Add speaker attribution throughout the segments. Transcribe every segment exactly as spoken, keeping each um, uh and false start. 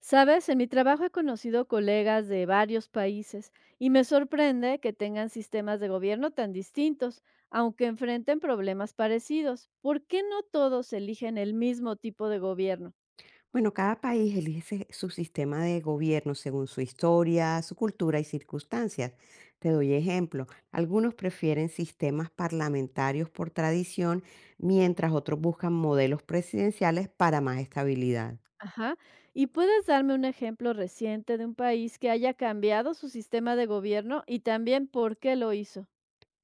Speaker 1: Sabes, en mi trabajo he conocido colegas de varios países y me sorprende que tengan sistemas de gobierno tan distintos, aunque enfrenten problemas parecidos. ¿Por qué no todos eligen el mismo tipo de gobierno?
Speaker 2: Bueno, cada país elige su sistema de gobierno según su historia, su cultura y circunstancias. Te doy ejemplo. Algunos prefieren sistemas parlamentarios por tradición, mientras otros buscan modelos presidenciales para más estabilidad.
Speaker 1: Ajá. ¿Y puedes darme un ejemplo reciente de un país que haya cambiado su sistema de gobierno y también por qué lo hizo?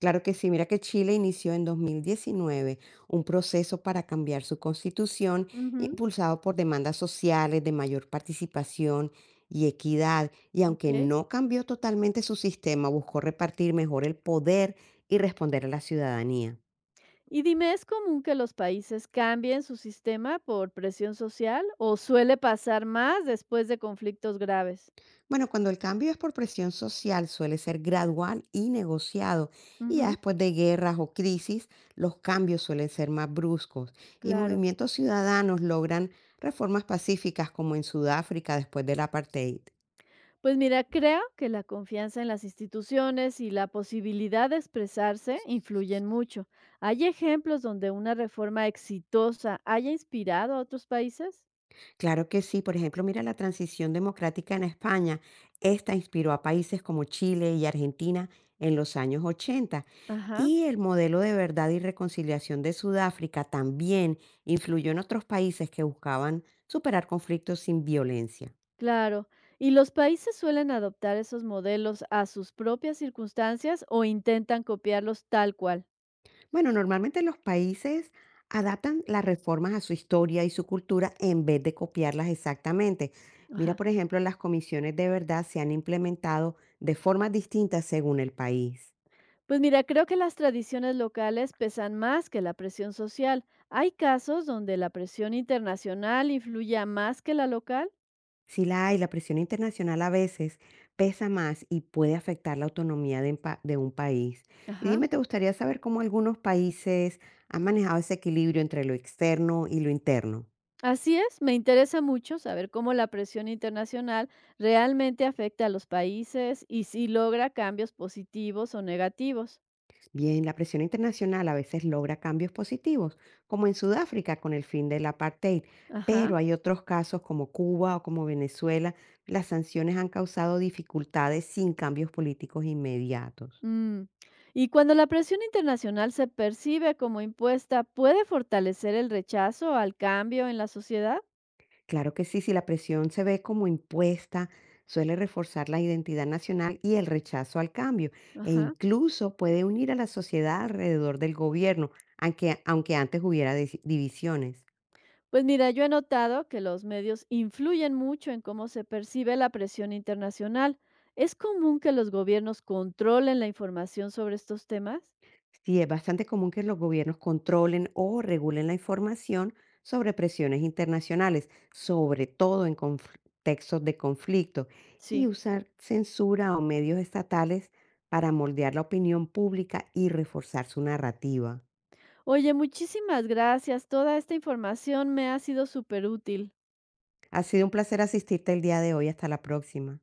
Speaker 2: Claro que sí, mira que Chile inició en dos mil diecinueve un proceso para cambiar su constitución,
Speaker 1: Ujú,
Speaker 2: impulsado por demandas sociales de mayor participación y equidad, y aunque
Speaker 1: ok.
Speaker 2: no cambió totalmente su sistema, buscó repartir mejor el poder y responder a la ciudadanía.
Speaker 1: Y dime, ¿es común que los países cambien su sistema por presión social o suele pasar más después de conflictos graves?
Speaker 2: Bueno, cuando el cambio es por presión social, suele ser gradual y negociado. Y ya
Speaker 1: Ujú,
Speaker 2: después de guerras o crisis, los cambios suelen ser más bruscos. Y
Speaker 1: claro.
Speaker 2: movimientos ciudadanos logran reformas pacíficas como en Sudáfrica después del apartheid.
Speaker 1: Pues mira, creo que la confianza en las instituciones y la posibilidad de expresarse influyen mucho. ¿Hay ejemplos donde una reforma exitosa haya inspirado a otros países?
Speaker 2: Claro que sí, por ejemplo, mira la transición democrática en España. Esta inspiró a países como Chile y Argentina en los años ochenta.
Speaker 1: Ajá,
Speaker 2: Y el modelo de verdad y reconciliación de Sudáfrica también influyó en otros países que buscaban superar conflictos sin violencia.
Speaker 1: claro. ¿Y los países suelen adoptar esos modelos a sus propias circunstancias o intentan copiarlos tal cual?
Speaker 2: Bueno, normalmente los países adaptan las reformas a su historia y su cultura en vez de copiarlas exactamente. Mira,
Speaker 1: Ajá.
Speaker 2: por ejemplo, las comisiones de verdad se han implementado de formas distintas según el país.
Speaker 1: Pues mira, creo que las tradiciones locales pesan más que la presión social. ¿Hay casos donde la presión internacional influya más que la local?
Speaker 2: Si la hay, la presión internacional a veces pesa más y puede afectar la autonomía de, un pa- de un país. Y
Speaker 1: Ajá.
Speaker 2: dime, ¿te gustaría saber cómo algunos países han manejado ese equilibrio entre lo externo y lo interno?
Speaker 1: Así es, me interesa mucho saber cómo la presión internacional realmente afecta a los países y si logra cambios positivos o negativos.
Speaker 2: Bien, la presión internacional a veces logra cambios positivos, como en Sudáfrica con el fin del apartheid,
Speaker 1: Ajá.
Speaker 2: pero hay otros casos como Cuba o como Venezuela, las sanciones han causado dificultades sin cambios políticos inmediatos.
Speaker 1: Mm. Y cuando la presión internacional se percibe como impuesta, ¿puede fortalecer el rechazo al cambio en la sociedad?
Speaker 2: Claro que sí, si la presión se ve como impuesta, suele reforzar la identidad nacional y el rechazo al cambio, e
Speaker 1: Ajá.
Speaker 2: incluso puede unir a la sociedad alrededor del gobierno, aunque, aunque antes hubiera dis- divisiones.
Speaker 1: Pues mira, yo he notado que los medios influyen mucho en cómo se percibe la presión internacional. ¿Es común que los gobiernos controlen la información sobre estos temas?
Speaker 2: Sí, es bastante común que los gobiernos controlen o regulen la información sobre presiones internacionales, sobre todo en contextos de conflicto, y
Speaker 1: Sí.
Speaker 2: usar censura o medios estatales para moldear la opinión pública y reforzar su narrativa.
Speaker 1: Oye, muchísimas gracias. Toda esta información me ha sido superútil.
Speaker 2: Ha sido un placer asistirte el día de hoy. Hasta la próxima.